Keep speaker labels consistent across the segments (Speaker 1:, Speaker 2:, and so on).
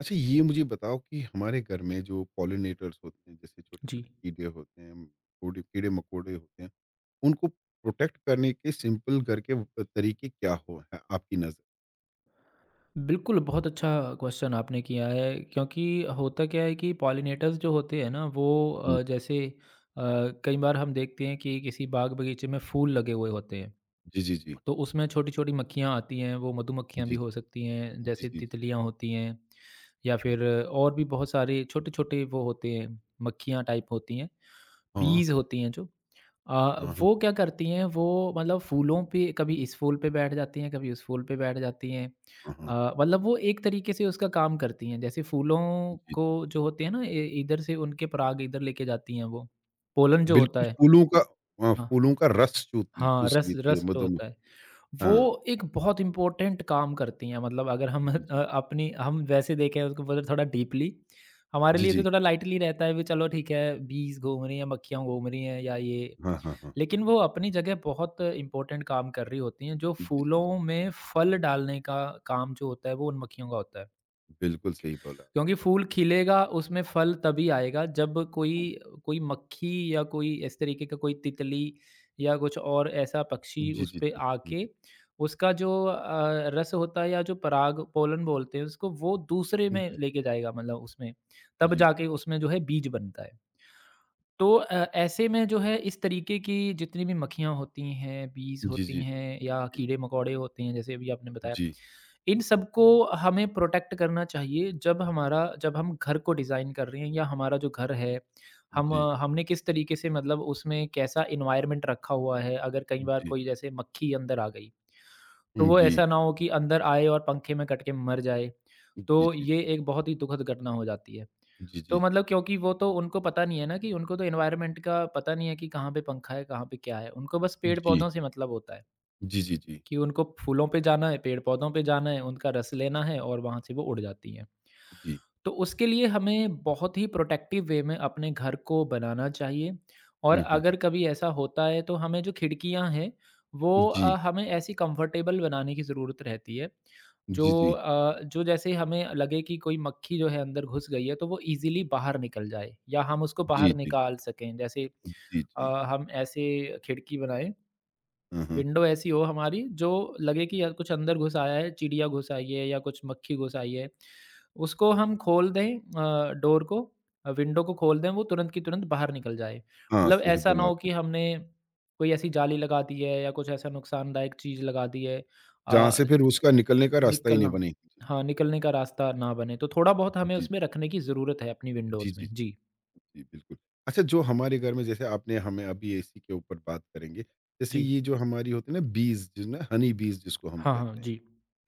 Speaker 1: अच्छा, ये मुझे बताओ कि हमारे घर में जो पॉलिनेटर्स होते हैं, जैसे छोटे
Speaker 2: जी।
Speaker 1: छोटे कीड़े होते हैं, कीड़े कीड़े मकोड़े होते हैं, उनको प्रोटेक्ट करने के सिंपल घर के तरीके क्या हो है आपकी नज़र।
Speaker 2: बिल्कुल, बहुत अच्छा क्वेश्चन आपने किया है क्योंकि होता क्या है कि पॉलिनेटर्स जो होते हैं ना वो
Speaker 1: हम्म।
Speaker 2: जैसे अ, कई बार हम देखते हैं कि किसी बाग बगीचे में फूल लगे हुए होते हैं,
Speaker 1: जी, जी, जी,
Speaker 2: तो उसमें छोटी-छोटी मक्खियाँ आती हैं, वो
Speaker 1: जी,
Speaker 2: मधुमक्खियाँ
Speaker 1: जी,
Speaker 2: भी हो सकती हैं,
Speaker 1: जी,
Speaker 2: जैसे
Speaker 1: जी, जी,
Speaker 2: तितलियाँ होती हैं या
Speaker 1: हाँ,
Speaker 2: फिर और भी बहुत सारे छोटे-छोटे वो होते हैं, मक्खियाँ टाइप होती हैं।
Speaker 1: हाँ,
Speaker 2: बीज़ होती हैं जो
Speaker 1: हाँ, हाँ,
Speaker 2: वो क्या करती हैं वो मतलब फूलों पे कभी इस फूल पे बैठ जाती हैं, कभी उस फूल पे बैठ जाती हैं।
Speaker 1: हाँ, हाँ,
Speaker 2: मतलब वो एक तरीके से उसका काम करती हैं। जैसे फूलों
Speaker 1: जी,
Speaker 2: को
Speaker 1: जी।
Speaker 2: जो होते हैं ना ए इधर से उनके पराग इधर लेके जाती हैं वो। पोलन जो होता
Speaker 1: बिल्कुल
Speaker 2: है।
Speaker 1: फूलों का, हाँ,
Speaker 2: हाँ।
Speaker 1: फूलों का रस चूस
Speaker 2: हाँ,
Speaker 1: चूस
Speaker 2: रस
Speaker 1: लेती है
Speaker 2: रस जो
Speaker 1: मधुम
Speaker 2: होता है,
Speaker 1: हाँ।
Speaker 2: वो एक बहुत इम्पोर्टेंट काम करती हैं मतलब अगर हम
Speaker 1: जी, जी,
Speaker 2: अपनी हम वैसे देखें उसको मतलब थोड़ा डीपली, हमारे
Speaker 1: जी,
Speaker 2: लिए
Speaker 1: जी,
Speaker 2: तो थोड़ा लाइटली रहता है भी चलो ठीक है, बीस घूम रही हैं, मक्खियाँ घूम रही हैं या ये
Speaker 1: हाँ, हाँ, हाँ,
Speaker 2: लेकिन वो अपनी जगह बहुत इम्पोर्टेंट काम कर रही होती हैं, जो
Speaker 1: जी, जी, जी।
Speaker 2: फूलों में फल डालने का काम जो होता है, वो उन मक्खियों का होता है।
Speaker 1: बिल्कुल सही बोला।
Speaker 2: क्योंकि फूल खिलेगा, उसमें फल तभी आएगा जब कोई कोई मक्खी या कोई इस तरीके का कोई तितली या कुछ और ऐसा पक्षी
Speaker 1: जी,
Speaker 2: उस
Speaker 1: जी,
Speaker 2: पे
Speaker 1: जी, जी,
Speaker 2: आके उसका जो रस होता है या जो पराग पोलन बोलते हैं उसको, वो दूसरे
Speaker 1: जी,
Speaker 2: में
Speaker 1: जी,
Speaker 2: लेके जाएगा मतलब उसमें, तब
Speaker 1: जी,
Speaker 2: जाके उसमें जो है बीज बनता है। तो ऐसे में जो है इस तरीके की जितनी भी मक्खियाँ होती हैं, बीज़
Speaker 1: जी,
Speaker 2: होती
Speaker 1: जी, जी,
Speaker 2: हैं या कीड़े-मकोड़े होते हैं जैसे अभी आपने बताया,
Speaker 1: जी,
Speaker 2: इन सबको हमें प्रोटेक्ट करना चाहिए जब हमारा जब हम घर को डिज़ाइन कर रहे हैं या हमारा जो घर है, हम
Speaker 1: जी,
Speaker 2: हमने किस तरीके से मतलब उसमें कैसा एनवायरनमेंट रखा हुआ है। अगर कई बार
Speaker 1: जी,
Speaker 2: कोई जैसे मक्खी अंदर आ गई, तो वो
Speaker 1: जी,
Speaker 2: ऐसा ना हो कि अंदर आए और पंखे में कट के मर जाए।
Speaker 1: जी, जी,
Speaker 2: तो
Speaker 1: जी,
Speaker 2: ये एक बहुत ही दुखद घटना हो जाती है।
Speaker 1: जी, जी,
Speaker 2: तो मतलब क्योंकि वो तो उनको पता नहीं है ना कि उनको तो एनवायरनमेंट का पता नहीं है कि कहाँ पे पंखा है, कहाँ पे क्या है। उनको बस पेड़-पौधों से मतलब होता है
Speaker 1: जी, जी, जी,
Speaker 2: कि उनको फूलों पे जाना है, पेड़-पौधों पे जाना है, उनका रस लेना है और वहाँ से वो उड़ जाती हैं।
Speaker 1: जी,
Speaker 2: तो उसके लिए हमें बहुत ही प्रोटेक्टिव वे में अपने घर को बनाना चाहिए और
Speaker 1: हुँ, हुँ, हुँ,
Speaker 2: अगर कभी ऐसा होता है तो हमें जो खिड़कियां हैं वो
Speaker 1: जी,
Speaker 2: हमें ऐसी कंफर्टेबल बनाने की ज़रूरत रहती है जो
Speaker 1: जी, जी,
Speaker 2: जो जैसे हमें लगे कि कोई मक्खी जो है अंदर घुस गई है तो वो इजीली बाहर निकल जाए या हम उसको
Speaker 1: जी,
Speaker 2: बाहर
Speaker 1: जी,
Speaker 2: निकाल सकें जैसे
Speaker 1: जी,
Speaker 2: अ,
Speaker 1: जी,
Speaker 2: हम ऐसे खिड़की बनाएं
Speaker 1: हाँ, हाँ,
Speaker 2: विंडो ऐसी हो हमारी जो लगे कि यार कुछ अंदर घुस आया है, चिड़िया घुस आई है या कुछ मक्खी घुस आई है। उसको हम खोल दें डोर को विंडो को खोल दें, वो तुरंत की तुरंत बाहर निकल जाए।
Speaker 1: हाँ,
Speaker 2: मतलब
Speaker 1: सही
Speaker 2: ऐसा ना
Speaker 1: बोला
Speaker 2: हो
Speaker 1: आपने।
Speaker 2: कि हमने कोई ऐसी जाली लगा दी है या कुछ ऐसा नुकसानदायक चीज़ लगा दी है
Speaker 1: जहाँ से
Speaker 2: अ,
Speaker 1: फिर उसका निकलने का रास्ता ही नहीं
Speaker 2: निकलना
Speaker 1: बने।
Speaker 2: हाँ, निकलने का रास्ता ना बने। तो थोड़ा बहुत हमें
Speaker 1: जी,
Speaker 2: उसमें रखने की ज़रूरत है अपनी
Speaker 1: जी,
Speaker 2: विंडोज़
Speaker 1: जी, जी,
Speaker 2: में। जी,
Speaker 1: जी बिल्कुल। अच्छा, जो हमारे घर में जैसे आपने हमें अभी इसी के ऊपर बात करेंगे, जैसे
Speaker 2: जी।
Speaker 1: ये जो हमारी होती है ना बीज़ जो ना हनी बीज़ जिसको हम
Speaker 2: हाँ, हाँ,
Speaker 1: कहते हैं।
Speaker 2: जी।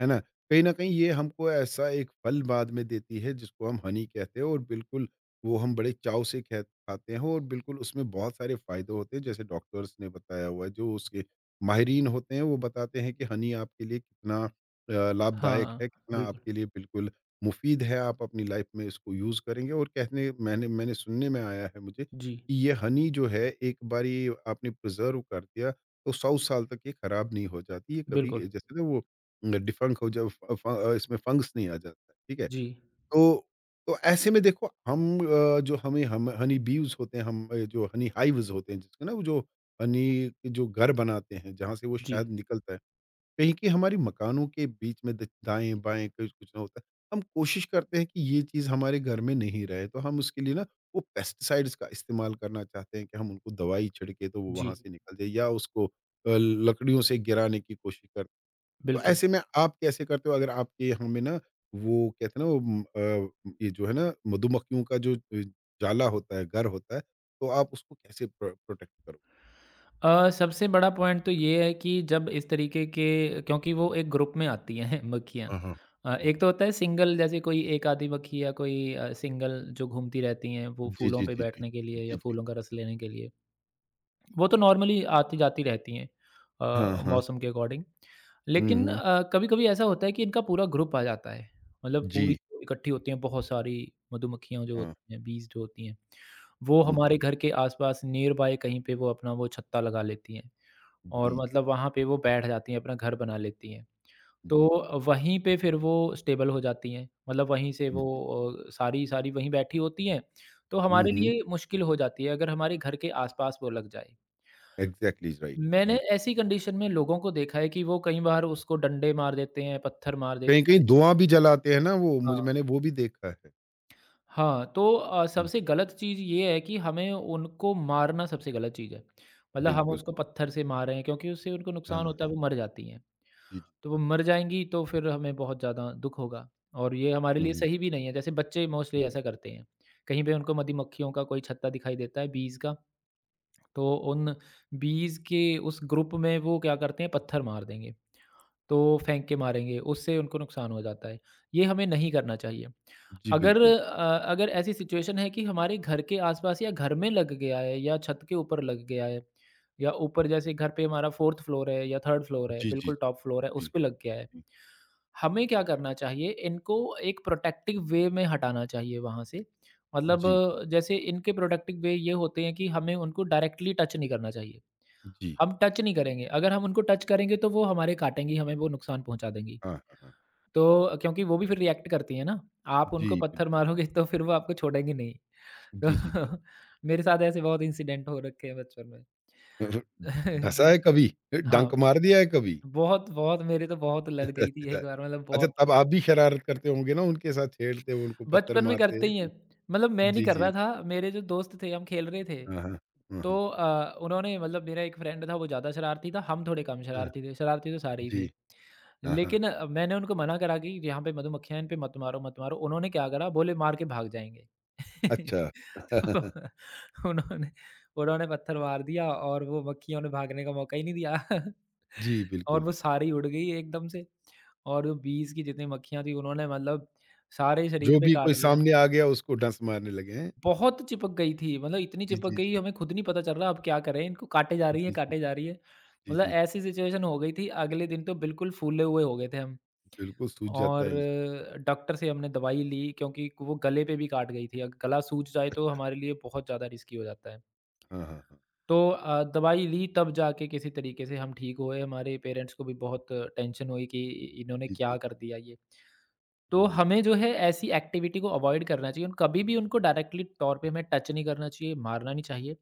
Speaker 1: है ना? कहीं न कहीं ये हमको ऐसा एक फल बाद में देती है जिसको हम हनी कहते हैं, और बिल्कुल वो हम बड़े चाव से खे खाते हैं, और बिल्कुल उसमें बहुत सारे फ़ायदे होते हैं जैसे डॉक्टर्स ने बताया हुआ है, जो उसके माहिरीन होते हैं वो बताते हैं कि हनी आपके लिए कितना
Speaker 2: हाँ,
Speaker 1: लाभदायक
Speaker 2: हाँ,
Speaker 1: है, कितना
Speaker 2: बिल्कुल।
Speaker 1: आपके लिए बिल्कुल मुफ़ीद है। आप अपनी लाइफ़ में इसको यूज़ करेंगे, और कहने मैंने मैंने सुनने में आया है मुझे
Speaker 2: जी,
Speaker 1: कि ये हनी जो है एक बारी आपने प्रिज़र्व कर दिया तो 100 साल तक ये खराब नहीं हो जाती, ये कभी
Speaker 2: बिल्कुल।
Speaker 1: जैसे ना वो डिफंक हो जब फ फ अ, इसमें फंगस नहीं आ जाता है, ठीक है?
Speaker 2: जी,
Speaker 1: तो तो ऐसे में देखो हम जो हमें हम हनी बीव्स होते हैं, हम जो हनी हाइव्स होते हैं जिसको ना वो जो हनी के जो घर बनाते हैं, जहाँ से वो
Speaker 2: जी,
Speaker 1: शहद निकलता है। कहीं कि हमारी मकानों के बीच में द दाएँ-बाएँ कुछ कुछ ना होता है। हम कोशिश करते हैं कि ये चीज़ हमारे घर में नहीं रहे, तो हम उसके लिए ना वो पेस्टिसाइड्स का इस्तेमाल करना चाहते हैं कि हम उनको दवाई छिड़के तो वो वहाँ
Speaker 2: जी।
Speaker 1: से निकल जाए, या उसको लकड़ियों से गिराने की कोशिश करते। तो
Speaker 2: बिल्कुल।
Speaker 1: ऐसे में आप कैसे करते हो अगर आपके यहाँ में ना वो कहते हैं ना वो ये जो है ना मधुमक्खियों का जो जाला होता है घर होता है, तो आप उसको कैसे प्रोटेक्ट करो।
Speaker 2: सबसे बड़ा पॉइंट तो ये है कि जब इस तरीके के क्योंकि वो एक ग्रुप में आती हैं मक्खियाँ।
Speaker 1: हाँ, हाँ, हाँ,
Speaker 2: एक
Speaker 1: हाँ।
Speaker 2: तो होता है सिंगल जैसे कोई एक आधी मक्खी या कोई सिंगल जो घूमती रहती हैं वो
Speaker 1: जी,
Speaker 2: फूलों
Speaker 1: जी,
Speaker 2: पे
Speaker 1: जी, जी,
Speaker 2: बैठने के लिए
Speaker 1: जी,
Speaker 2: या
Speaker 1: जी,
Speaker 2: फूलों का रस लेने के लिए। वो तो नॉर्मली आती-जाती रहती हैं
Speaker 1: हाँ, हाँ,
Speaker 2: मौसम के अकॉर्डिंग।
Speaker 1: हम्म,
Speaker 2: लेकिन कभी-कभी ऐसा होता है कि इनका पूरा ग्रुप आ जाता है, मतलब पूरी
Speaker 1: जी,
Speaker 2: इकट्ठी होती हैं बहुत सारी मधुमक्खियाँ जो
Speaker 1: हाँ,
Speaker 2: होती हैं, बीज़ जो होती हैं। वो
Speaker 1: हम्म,
Speaker 2: हमारे घर के आस-पास नियर बाय कहीं पे वो अपना वो छत्ता लगा लेती हैं और
Speaker 1: जी,
Speaker 2: मतलब वहाँ पे वो बैठ जाती हैं, अपना घर बना लेती हैं।
Speaker 1: जी, जी,
Speaker 2: तो वहीं पे फिर वो स्टेबल हो जाती हैं, मतलब वहीं से वो
Speaker 1: हम्म,
Speaker 2: सारी सारी वहीं बैठी होती हैं, तो
Speaker 1: हम्म,
Speaker 2: हमारे लिए मुश्किल हो जाती है अगर हमारे घर के आस-पास वो लग जाए।
Speaker 1: Exactly right.
Speaker 2: मैंने
Speaker 1: हम्म।
Speaker 2: ऐसी कंडीशन में लोगों को देखा है कि वो कई बार उसको डंडे मार देते हैं, पत्थर मार देते
Speaker 1: कहीं कहीं
Speaker 2: हैं।
Speaker 1: धुआं भी जलाते हैं ना वो,
Speaker 2: हाँ,
Speaker 1: मुझे मैंने वो भी देखा है।
Speaker 2: हाँ, तो
Speaker 1: हाँ,
Speaker 2: सबसे गलत चीज़ ये है कि हमें उनको मारना सबसे गलत चीज़ है। मतलब हम
Speaker 1: बिल्कुल,
Speaker 2: उसको पत्थर से मार रहे हैं क्योंकि उससे उनको
Speaker 1: हाँ,
Speaker 2: नुकसान होता है,
Speaker 1: हाँ,
Speaker 2: वो मर जाती हैं।
Speaker 1: जी, जी,
Speaker 2: तो वो मर जाएँगी तो फिर हमें बहुत ज़्यादा दुःख होगा और ये हमारे लिए
Speaker 1: हम्म,
Speaker 2: सही भी नहीं है। जैसे बच्चे मोस्टली ऐसा करते हैं, कहीं पे उनको मधुमक्खियों का कोई छत्ता दिखाई देता है बीज का, तो उन बीज के उस ग्रुप में वो क्या करते हैं पत्थर मार देंगे। तो फेंक के मारेंगे, उससे उनको नुकसान हो जाता है। ये हमें नहीं करना चाहिए।
Speaker 1: जी
Speaker 2: अगर
Speaker 1: बिल्कुल,
Speaker 2: अ, अगर ऐसी सिचुएशन है कि हमारे घर के आस-पास या घर में लग गया है या छत के ऊपर लग गया है या ऊपर जैसे घर पे हमारा 4th फ्लोर है या 3rd फ्लोर है,
Speaker 1: जी, जी,
Speaker 2: बिल्कुल टॉप फ्लोर है,
Speaker 1: जी,
Speaker 2: उस पे लग गया है।
Speaker 1: जी,
Speaker 2: हमें क्या करना चाहिए? इनको एक प्रोटेक्टिव वे में हटाना चाहिए वहाँ से। मतलब
Speaker 1: जी,
Speaker 2: जैसे इनके प्रोटेक्टिव वे ये होते हैं कि हमें उनको डायरेक्टली टच नहीं करना चाहिए।
Speaker 1: जी।
Speaker 2: हम टच नहीं करेंगे। अगर हम उनको टच करेंगे तो वो हमारे काटेंगी, हमें वो नुकसान पहुँचा देंगी।
Speaker 1: हाँ, हाँ, हाँ।
Speaker 2: तो क्योंकि वो भी फिर रिएक्ट करती हैं ना, आप
Speaker 1: जी,
Speaker 2: उनको पत्थर
Speaker 1: बिल्कुल।
Speaker 2: मारोगे तो फिर वो आपको छोड़ेंगी नहीं।
Speaker 1: जी, जी, जी।
Speaker 2: तो मेरे साथ ऐसे बहुत इंसिडेंट हो रखे हैं बचपन में।
Speaker 1: डसा
Speaker 2: जी,
Speaker 1: है कभी?
Speaker 2: हाँ,
Speaker 1: डंक मार दिया है कभी?
Speaker 2: बहुत, बहुत मेरे तो बहुत लड़ गई थी एक बार मतलब
Speaker 1: अच्छा,
Speaker 2: बहुत
Speaker 1: तब आप भी शरारत करते होंगे ना उनके साथ, छेड़ते, उनको पत्थर
Speaker 2: बचपन में करते
Speaker 1: मारते?
Speaker 2: ही हैं। मतलब मैं नहीं
Speaker 1: जी,
Speaker 2: कर
Speaker 1: जी।
Speaker 2: रहा था, मेरे जो दोस्त थे हम खेल रहे थे।
Speaker 1: हाँ, हाँ। हाँ,
Speaker 2: तो
Speaker 1: हाँ।
Speaker 2: उन्होंने मतलब मेरा एक फ्रेंड था वो ज़्यादा शरारती था, हम थोड़े कम
Speaker 1: हाँ, हाँ।
Speaker 2: शरारती थे, शरारती तो सारे ही
Speaker 1: जी।
Speaker 2: थे।
Speaker 1: हाँ, हाँ।
Speaker 2: लेकिन मैंने उनको मना करा कि यहाँ पे मधुमक्खियाँ इन पे मत मारो। उन्होंने क्या करा बोले मार के भाग जाएँगे।
Speaker 1: अच्छा।
Speaker 2: तो उन्होंने उन्होंने पत्थर मार दिया और वो मक्खियों ने भागने का मौका ही नहीं दिया।
Speaker 1: जी,
Speaker 2: और
Speaker 1: बिल्कुल।
Speaker 2: वो सारी उड़ गई एकदम से और 20 की जितनी मक्खियाँ थी उन्होंने मतलब सारे
Speaker 1: जो
Speaker 2: शरीर पे
Speaker 1: भी कोई
Speaker 2: काट लिया।
Speaker 1: सामने आ गया उसको डंस मारने लगे हैं?
Speaker 2: बहुत चिपक गई थी, मतलब इतनी
Speaker 1: जी,
Speaker 2: चिपक
Speaker 1: जी,
Speaker 2: गई
Speaker 1: जी।
Speaker 2: हमें खुद नहीं पता चल रहा अब क्या करें इनको काटे जा रही है,
Speaker 1: जी, जी।
Speaker 2: काटे जा रही है।
Speaker 1: जी,
Speaker 2: मतलब
Speaker 1: जी।
Speaker 2: ऐसी सिचुएशन हो गई थी, अगले दिन तो बिल्कुल फूले हुए हो गए थे हम।
Speaker 1: बिल्कुल सूझ जाता
Speaker 2: और
Speaker 1: है इंसान।
Speaker 2: डॉक्टर से हमने दवाई ली क्योंकि वो गले पे भी काट गई थी, गला सूज जाए तो
Speaker 1: अच्छा।
Speaker 2: हमारे लिए बहुत ज़्यादा रिस्की हो जाता है।
Speaker 1: हाँ, हाँ, हाँ।
Speaker 2: तो दवाई ली तब जाके किसी तरीके से हम ठीक हुए, हमारे पेरेंट्स को भी बहुत टेंशन हुई कि इ इन्होंने
Speaker 1: जी, जी।
Speaker 2: क्या कर दिया ये। तो
Speaker 1: हुँ,
Speaker 2: हमें जो है ऐसी एक्टिविटी को अवॉइड करना चाहिए और कभी भी उनको डायरेक्टली तौर पे हमें टच नहीं करना चाहिए, मारना नहीं चाहिए।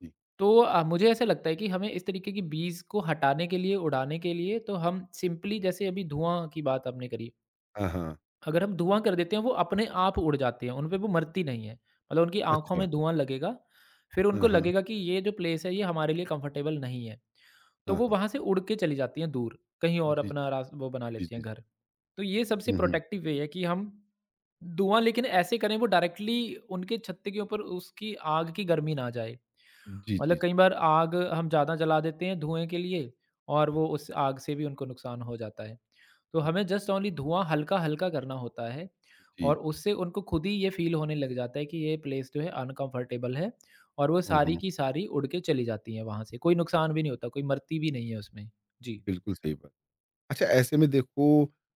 Speaker 1: जी।
Speaker 2: तो मुझे ऐसा लगता है कि हमें इस तरीके की बीज़ को हटाने के लिए, उड़ाने के लिए तो हम सिंपली जैसे अभी धुआँ की बात आपने करी,
Speaker 1: हाँ, हाँ।
Speaker 2: अगर हम धुआँ कर देते हैं वो अपने आप उड़ जाते हैं, उन पे वो मरती नहीं है। मतलब उनकी आँखों
Speaker 1: अच्छा।
Speaker 2: में धुआँ लगेगा, फिर उनको
Speaker 1: हाँ, हाँ।
Speaker 2: लगेगा कि ये जो प्लेस है ये हमारे लिए कंफर्टेबल नहीं है। तो
Speaker 1: हाँ,
Speaker 2: वो
Speaker 1: हाँ।
Speaker 2: वहाँ से उड़ के चली जाती हैं दूर, कहीं और
Speaker 1: जी।
Speaker 2: अपना रास वो बना
Speaker 1: जी,
Speaker 2: लेती
Speaker 1: जी,
Speaker 2: हैं
Speaker 1: जी।
Speaker 2: घर। तो ये सबसे
Speaker 1: हुँ, हुँ।
Speaker 2: प्रोटेक्टिव वे है कि हम धुआँ लेकिन ऐसे करें वो डायरेक्टली उनके छत्ते के ऊपर उसकी आग की गर्मी ना जाए।
Speaker 1: जी,
Speaker 2: मतलब
Speaker 1: जी,
Speaker 2: कई बार आग हम ज़्यादा जला देते हैं धुएँ के लिए और वो उस आग से भी उनको नुकसान हो जाता है। तो
Speaker 1: जी।
Speaker 2: हमें जस्ट ओनली धुआँ हल्का-हल्का करना होता है
Speaker 1: जी।
Speaker 2: और उससे उनको खुद ही ये फ़ील होने लग जाता है कि ये प्लेस जो है अनकम्फ़र्टेबल है और वो
Speaker 1: हुँ,
Speaker 2: सारी
Speaker 1: हुँ।
Speaker 2: की सारी उड़ के चली जाती हैं वहाँ से। कोई नुकसान भी नहीं होता, कोई मरती भी नहीं है उसमें। जी।
Speaker 1: बिल्कुल सही बात। अच्छा ऐसे में देखो,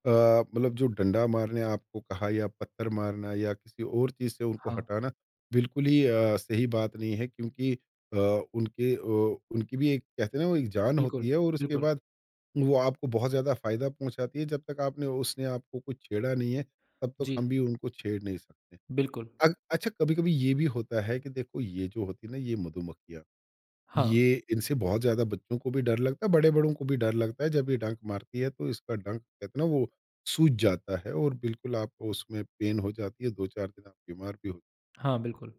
Speaker 1: अ, मतलब जो डंडा मारने आपको कहा या पत्थर मारना या किसी और चीज़ से उनको
Speaker 2: हाँ,
Speaker 1: हटाना बिल्कुल ही सही बात नहीं है, क्योंकि अ, उनकी भी एक कहते हैं ना वो एक जान
Speaker 2: बिल्कुल,
Speaker 1: होती है, और उसके
Speaker 2: बिल्कुल।
Speaker 1: बाद वो आपको बहुत ज़्यादा फ़ायदा पहुँचाती है। जब तक आपने उसने आपको कुछ छेड़ा नहीं है, तब तक
Speaker 2: जी,
Speaker 1: हम भी उनको छेड़ नहीं सकते।
Speaker 2: बिल्कुल।
Speaker 1: अग अच्छा कभी-कभी ये भी होता है कि देखो ये जो होती है ना ये मधुमक्खियाँ,
Speaker 2: हाँ,
Speaker 1: ये इनसे बहुत ज़्यादा बच्चों को भी डर लगता है, बड़े-बड़ों को भी डर लगता है। जब ये डंक मारती है तो इसका डंक कहते हैं ना वो सूज जाता है, और बिल्कुल आपको उसमें पेन हो जाती है, 2-4 दिन आप बीमार भी हो।
Speaker 2: हाँ, बिल्कुल।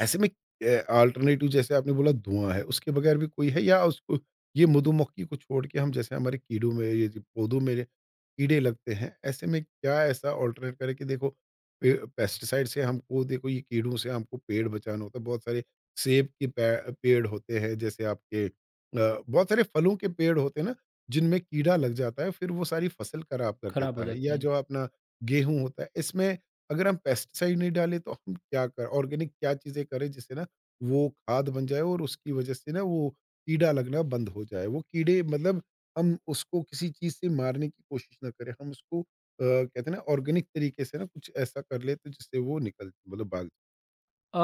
Speaker 1: ऐसे में अल्टरनेटिव जैसे आपने बोला धुआं है, उसके बगैर भी कोई है? या उसको, ये मधुमक्खी को छोड़ के हम जैसे हमारे कीड़ों में, ये जो पौधों में कीड़े लगते हैं, ऐसे में क्या ऐसा अल्टरनेट करें कि देखो पे पेस्टिसाइड से हमको, देखो ये कीड़ों से हमको पेड़ बचाना होता है, बहुत सारे सेब के पे पेड़ होते हैं जैसे आपके बहुत सारे फलों के पेड़ होते हैं ना, जिनमें कीड़ा लग जाता है, फिर वो सारी फसल खराब कर
Speaker 2: खराब हो
Speaker 1: देता है,
Speaker 2: जाते
Speaker 1: या
Speaker 2: हैं।
Speaker 1: जो अपना गेहूँ होता है, इसमें अगर हम पेस्टिसाइड नहीं डालें तो हम क्या कर ऑर्गेनिक क्या चीज़ें करें जिससे ना वो खाद बन जाए और उसकी वजह से ना वो कीड़ा लगना बंद हो जाए। वो कीड़े, मतलब हम उसको किसी चीज़ से मारने की कोशिश ना करें। हम उसको कहते हैं ना ऑर्गेनिक तरीके से ना कुछ ऐसा कर ले तो जिससे वो निकल मतलब भाग जाए।
Speaker 2: अ,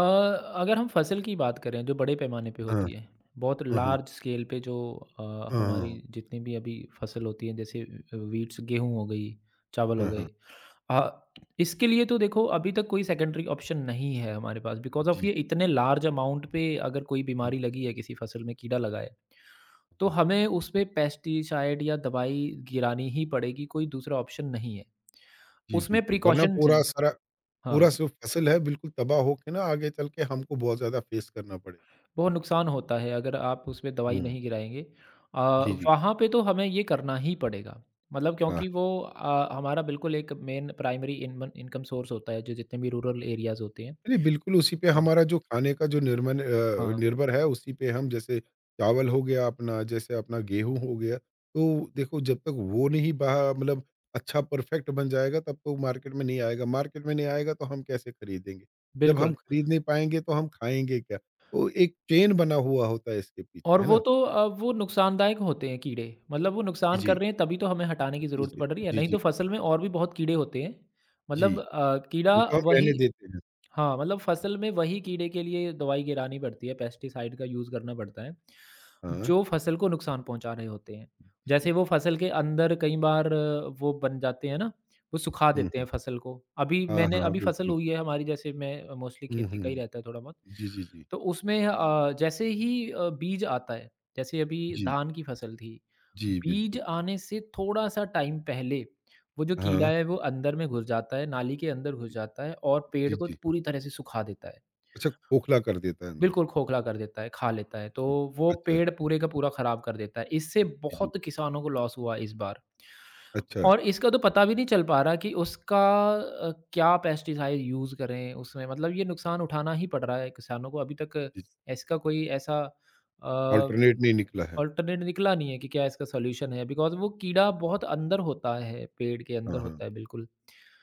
Speaker 2: अगर हम फसल की बात करें जो बड़े पैमाने पे
Speaker 1: हाँ,
Speaker 2: होती है, बहुत
Speaker 1: हाँ, हाँ,
Speaker 2: लार्ज स्केल पे जो हमारी
Speaker 1: हाँ,
Speaker 2: जितनी भी अभी फसल होती है जैसे वीट्स गेहूँ हो गई, चावल हो
Speaker 1: हाँ,
Speaker 2: गए।
Speaker 1: हाँ।
Speaker 2: अ, इसके लिए तो देखो अभी तक कोई सेकेंडरी ऑप्शन नहीं है हमारे पास बिकॉज़ ऑफ़
Speaker 1: जी,
Speaker 2: ये इतने लार्ज अमाउंट पे अगर कोई
Speaker 1: जी,
Speaker 2: बीमारी लगी है किसी फ़सल में कीड़ा लगा है, तो
Speaker 1: हाँ।
Speaker 2: हमें उसपे पेस्टिसाइड या दवाई गिरानी ही पड़ेगी, कोई दूसरा ऑप्शन नहीं है।
Speaker 1: जी,
Speaker 2: उसमें
Speaker 1: बिल्कुल, वरना
Speaker 2: प्रिकॉशन्स
Speaker 1: पूरा
Speaker 2: हैं
Speaker 1: सारा, पूरा
Speaker 2: हाँ,
Speaker 1: जो फ़सल है बिल्कुल तबाह होके ना आगे चल के हमको बहुत ज़्यादा फ़ेस करना पड़े।
Speaker 2: बहुत नुकसान होता है अगर आप उसमें दवाई
Speaker 1: हुँ।
Speaker 2: नहीं गिराएँगे। अ,
Speaker 1: जी, जी।
Speaker 2: वहाँ पे तो हमें ये करना ही पड़ेगा। मतलब क्योंकि
Speaker 1: हाँ।
Speaker 2: वो हमारा बिल्कुल एक मेन प्राइमरी इनमन इनकम सोर्स होता है, जो जितने भी रूरल एरियाज़ होते हैं।
Speaker 1: नहीं, बिल्कुल उसी पे
Speaker 2: हाँ,
Speaker 1: हमारा जो खाने का जो
Speaker 2: हाँ,
Speaker 1: निर्भर है उसी पे, हम जैसे चावल हो गया अपना, जैसे अपना गेहूँ हो गया, तो देखो जब तक वो नहीं बहा मतलब अच्छा परफेक्ट बन जाएगा तब तो मार्केट में नहीं आएगा। मार्केट में नहीं आएगा तो हम कैसे खरीदेंगे? जब हम
Speaker 2: बिल्कुल।
Speaker 1: खरीद नहीं पाएँगे तो हम खाएँगे क्या? तो एक चेन बना हुआ होता है इसके पीछे,
Speaker 2: और
Speaker 1: है
Speaker 2: वो
Speaker 1: ना?
Speaker 2: तो वो नुकसानदायक होते हैं कीड़े, मतलब वो
Speaker 1: जी,
Speaker 2: नुकसान कर
Speaker 1: जी।
Speaker 2: रहे हैं तभी तो हमें हटाने की
Speaker 1: जी,
Speaker 2: ज़रूरत
Speaker 1: जी।
Speaker 2: पड़ रही है,
Speaker 1: जी,
Speaker 2: नहीं
Speaker 1: जी।
Speaker 2: तो फसल में और भी बहुत कीड़े होते हैं।
Speaker 1: जी,
Speaker 2: मतलब कीड़ा
Speaker 1: जिनको हम
Speaker 2: वही
Speaker 1: रहने देते हैं।
Speaker 2: हाँ, मतलब फसल में वही कीड़े के लिए दवाई गिरानी पड़ती है, पेस्टिसाइड का यूज़ करना पड़ता है,
Speaker 1: हाँ।
Speaker 2: जो फसल को नुकसान पहुँचा रहे होते हैं।
Speaker 1: जी,
Speaker 2: जैसे वो
Speaker 1: जी।
Speaker 2: फसल के अंदर कई बार वो बन जाते हैं ना, वो सुखा
Speaker 1: हुँ,
Speaker 2: देते हैं
Speaker 1: हुँ।
Speaker 2: फसल को। अभी
Speaker 1: हाँ, हाँ,
Speaker 2: मैंने
Speaker 1: हाँ,
Speaker 2: अभी फसल
Speaker 1: बिल्कुल।
Speaker 2: हुई है हमारी जैसे मैं मोस्टली
Speaker 1: हुँ,
Speaker 2: खेती
Speaker 1: हुँ,
Speaker 2: का ही
Speaker 1: हुँ।
Speaker 2: रहता है थोड़ा बहुत।
Speaker 1: जी, जी, जी।
Speaker 2: तो उसमें जैसे ही बीज आता है, जैसे अभी
Speaker 1: जी।
Speaker 2: धान की फसल थी,
Speaker 1: जी,
Speaker 2: बीज
Speaker 1: बिल्कुल।
Speaker 2: आने से थोड़ा-सा टाइम पहले वो जो कीड़ा
Speaker 1: हाँ,
Speaker 2: है वो अंदर में घुस जाता है, नाली के अंदर घुस जाता है और पेड़
Speaker 1: जी,
Speaker 2: को
Speaker 1: जी।
Speaker 2: पूरी तरह से सुखा देता है।
Speaker 1: अच्छा खोखला कर देता है अंदर
Speaker 2: बिल्कुल
Speaker 1: से।
Speaker 2: खोखला कर देता है, खा लेता है, तो
Speaker 1: हुँ,
Speaker 2: वो
Speaker 1: अच्छा,
Speaker 2: पेड़ पूरे का पूरा ख़राब कर देता है। इससे
Speaker 1: जी, जी।
Speaker 2: बहुत किसानों को लॉस हुआ इस बार।
Speaker 1: अच्छा,
Speaker 2: और इसका तो पता भी नहीं चल पा रहा कि उसका क्या पेस्टिसाइड यूज़ करें उसमें मतलब ये नुकसान उठाना ही पड़ रहा है किसानों को। अभी तक
Speaker 1: जी, जी।
Speaker 2: इसका कोई ऐसा अ,
Speaker 1: अल्टरनेट नहीं निकला है।
Speaker 2: अल्टरनेट निकला नहीं है कि क्या इसका सॉल्यूशन है बिकॉज़ वो कीड़ा बहुत अंदर होता है, पेड़ के अंदर
Speaker 1: हाँ, हाँ।
Speaker 2: होता है, बिल्कुल।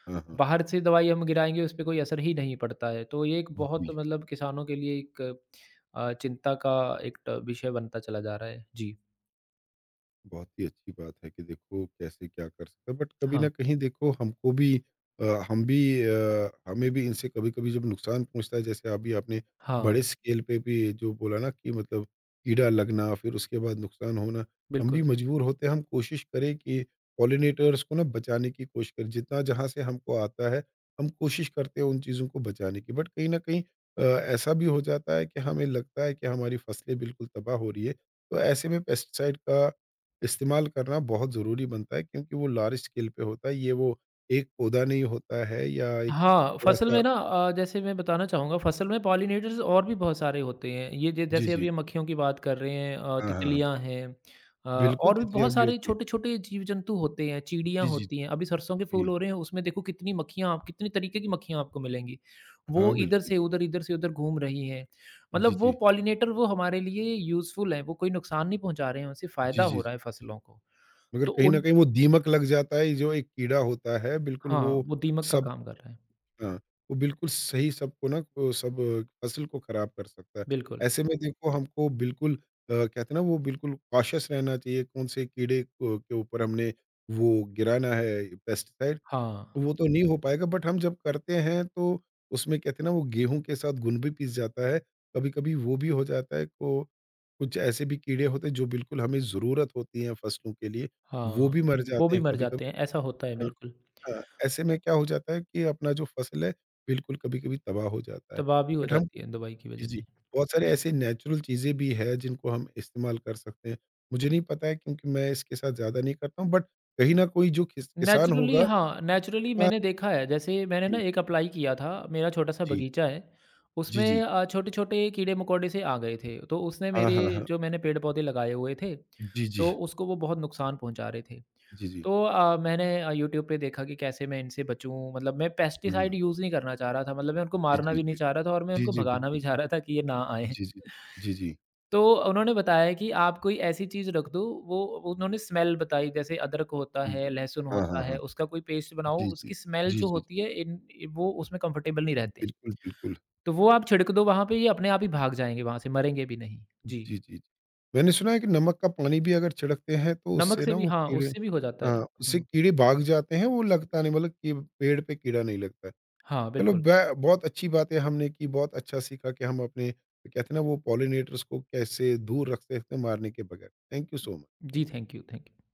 Speaker 1: हाँ, हाँ।
Speaker 2: बाहर से दवाई हम गिराएँगे उस पे कोई असर ही नहीं पड़ता है। तो ये एक बहुत
Speaker 1: जी।
Speaker 2: मतलब किसानों के लिए एक चिंता का एक ट विषय बनता चला जा रहा है। जी।
Speaker 1: बहुत ही अच्छी बात है कि देखो कैसे क्या कर सकते हैं, बट कभी
Speaker 2: हाँ,
Speaker 1: ना कहीं देखो हमको भी अ, हमें भी इनसे कभी कभी जब नुकसान पहुंचता है, जैसे अभी आपने बड़े
Speaker 2: हाँ,
Speaker 1: स्केल पे भी जो बोला ना कि मतलब कीड़ा लगना फिर उसके बाद नुकसान होना, हम भी
Speaker 2: बिल्कुल।
Speaker 1: मजबूर होते हैं। हम कोशिश करें कि पॉलिनेटर्स को ना बचाने की कोशिश करें जितना जहाँ से हमको आता है, हम कोशिश करते हैं उन चीज़ों को बचाने की, बट कहीं ना कहीं ऐसा भी हो जाता है कि हमें लगता है कि हमारी फसलें बिल्कुल तबाह हो रही है, तो ऐसे में पेस्टिसाइड का इस्तेमाल करना बहुत ज़रूरी बनता है, क्योंकि वो लार्ज स्केल पे होता है। ये वो एक पौधा नहीं होता है या एक
Speaker 2: हाँ, फसल
Speaker 1: थोड़ा-सा।
Speaker 2: में ना जैसे मैं बताना चाहूँगा फसल में पॉलिनेटर्स और भी बहुत सारे होते हैं। ये ज
Speaker 1: जी,
Speaker 2: जैसे
Speaker 1: जी।
Speaker 2: अभी हम मक्खियों की बात कर रहे हैं
Speaker 1: हाँ, हाँ, हाँ।
Speaker 2: तितलियाँ हैं
Speaker 1: बिल्कुल,
Speaker 2: और भी
Speaker 1: तितलियाँ
Speaker 2: बहुत
Speaker 1: भी
Speaker 2: सारे
Speaker 1: होती हैं।
Speaker 2: छोटे-छोटे जीव-जंतु होते हैं, चिड़ियाँ
Speaker 1: जी, जी, जी।
Speaker 2: होती हैं। अभी सरसों के फूल
Speaker 1: जी,
Speaker 2: हो रहे हैं उसमें देखो कितनी मक्खियाँ आप कितने तरीके की मक्खियाँ आपको मिलेंगी।
Speaker 1: हाँ,
Speaker 2: वो
Speaker 1: बिल्कुल।
Speaker 2: इधर से उधर घूम रही हैं।
Speaker 1: जी,
Speaker 2: मतलब वो
Speaker 1: जी।
Speaker 2: पॉलिनेटर वो हमारे लिए यूज़फुल हैं, वो कोई नुकसान नहीं पहुँचा रहे हैं, उनसे
Speaker 1: जी,
Speaker 2: फ़ायदा
Speaker 1: जी,
Speaker 2: हो
Speaker 1: जी।
Speaker 2: रहा है फसलों को।
Speaker 1: मगर
Speaker 2: तो
Speaker 1: कहीं न
Speaker 2: उन
Speaker 1: कहीं वो दीमक लग जाता है, जो एक कीड़ा होता है, बिल्कुल
Speaker 2: हाँ,
Speaker 1: वो
Speaker 2: वो दीमक का
Speaker 1: सब,
Speaker 2: काम कर रहे हैं।
Speaker 1: हाँ, वो बिल्कुल सही सबको, ना वो सब फसल को ख़राब कर सकता है।
Speaker 2: बिल्कुल,
Speaker 1: ऐसे में देखो हमको बिल्कुल कहते हैं ना वो बिल्कुल कॉशियस रहना चाहिए कौन से कीड़े को के ऊपर हमने वो गिराना है पेस्टिसाइड,
Speaker 2: हाँ।
Speaker 1: वो तो नहीं हो पाएगा, बट हम जब करते हैं तो उसमें कहते हैं ना वो गेहूँ के साथ गुण भी पिस जाता है, कभी-कभी वो भी हो जाता है। तो कुछ ऐसे भी कीड़े होते हैं जो बिल्कुल हमें ज़रूरत होती है फसलों के लिए, वो
Speaker 2: हाँ,
Speaker 1: भी मर
Speaker 2: वो
Speaker 1: जाते
Speaker 2: भी
Speaker 1: हैं
Speaker 2: मर जाते
Speaker 1: कभी-कभी।
Speaker 2: हैं, ऐसा होता है बिल्कुल,
Speaker 1: हाँ, ऐसे में क्या हो जाता है कि अपना जो फ़सल है, बिल्कुल कभी-कभी तबाह हो जाता है।
Speaker 2: तबाह भी हो
Speaker 1: बट हम,
Speaker 2: जाती है दवाई की
Speaker 1: जी,
Speaker 2: वजह
Speaker 1: जी,
Speaker 2: से।
Speaker 1: बहुत सारे ऐसे नेचुरल चीज़ें भी है जिनको हम इस्तेमाल कर सकते हैं। मुझे नहीं पता है क्योंकि मैं इसके साथ ज़्यादा नहीं करता हूँ, बट कहीं न कोई जो किसान
Speaker 2: नेचुरली
Speaker 1: होगा।
Speaker 2: हाँ, नेचुरली
Speaker 1: हाँ,
Speaker 2: मैंने देखा है, जैसे मैंने ना
Speaker 1: जी,
Speaker 2: एक अप्लाई किया था, मेरा छोटा-सा
Speaker 1: जी,
Speaker 2: बगीचा है,
Speaker 1: जी,
Speaker 2: उसमें
Speaker 1: जी।
Speaker 2: छोटे-छोटे कीड़े-मकोड़े से आ गए थे, तो उसने
Speaker 1: हाँ,
Speaker 2: मेरे
Speaker 1: हाँ, हाँ।
Speaker 2: जो मैंने पेड़-पौधे लगाए हुए थे,
Speaker 1: जी, जी,
Speaker 2: तो उसको वो बहुत नुकसान पहुँचा रहे थे।
Speaker 1: जी, जी।
Speaker 2: तो मैंने यूट्यूब पे देखा कि कैसे मैं इनसे बचूँ, मतलब मैं पेस्टिसाइड
Speaker 1: हुँ,
Speaker 2: यूज़ नहीं करना चाह रहा था, मतलब मैं उनको
Speaker 1: जी,
Speaker 2: मारना
Speaker 1: जी,
Speaker 2: भी नहीं
Speaker 1: जी।
Speaker 2: चाह रहा था और मैं
Speaker 1: जी,
Speaker 2: उनको
Speaker 1: जी,
Speaker 2: भगाना
Speaker 1: बिल्कुल।
Speaker 2: भी चाह रहा था कि ये ना आएँ।
Speaker 1: जी, जी। जी, जी।
Speaker 2: तो उन्होंने बताया कि आप कोई ऐसी चीज़ रख दो, वो उन्होंने स्मेल बताई जैसे अदरक होता
Speaker 1: जी,
Speaker 2: है,
Speaker 1: जी।
Speaker 2: लहसुन
Speaker 1: हाँ,
Speaker 2: होता
Speaker 1: हाँ, हाँ।
Speaker 2: है, उसका कोई पेस्ट बनाओ,
Speaker 1: जी, जी।
Speaker 2: उसकी स्मेल
Speaker 1: जी,
Speaker 2: जो
Speaker 1: जी,
Speaker 2: होती
Speaker 1: जी।
Speaker 2: है इन वो उसमें कंफर्टेबल नहीं रहते हैं।
Speaker 1: बिल्कुल, बिल्कुल।
Speaker 2: तो वो आप छिड़क दो वहाँ पे ये अपने आप ही भाग जाएँगे वहाँ से, मरेंगे भी नहीं। जी,
Speaker 1: जी, जी, जी। मैंने सुना है कि नमक का पानी भी अगर छिड़कते हैं तो
Speaker 2: नमक
Speaker 1: उससे
Speaker 2: से
Speaker 1: ना
Speaker 2: भी
Speaker 1: वो
Speaker 2: हाँ,
Speaker 1: कीड़े,
Speaker 2: उससे भी हो जाता है।
Speaker 1: हाँ, उससे
Speaker 2: हुँ,
Speaker 1: कीड़े भाग जाते हैं, वो लगता नहीं मतलब कि पेड़ पे कीड़ा नहीं लगता है।
Speaker 2: हाँ,
Speaker 1: चलो,
Speaker 2: बिल्कुल।
Speaker 1: ब बहुत अच्छी बातें हमने की, बहुत अच्छा सीखा कि हम अपने कहते हैं ना वो पॉलिनेटर्स को कैसे दूर रख सकते हैं मारने के बगैर। Thank you so much.
Speaker 2: जी,
Speaker 1: thank
Speaker 2: thank you, thank you.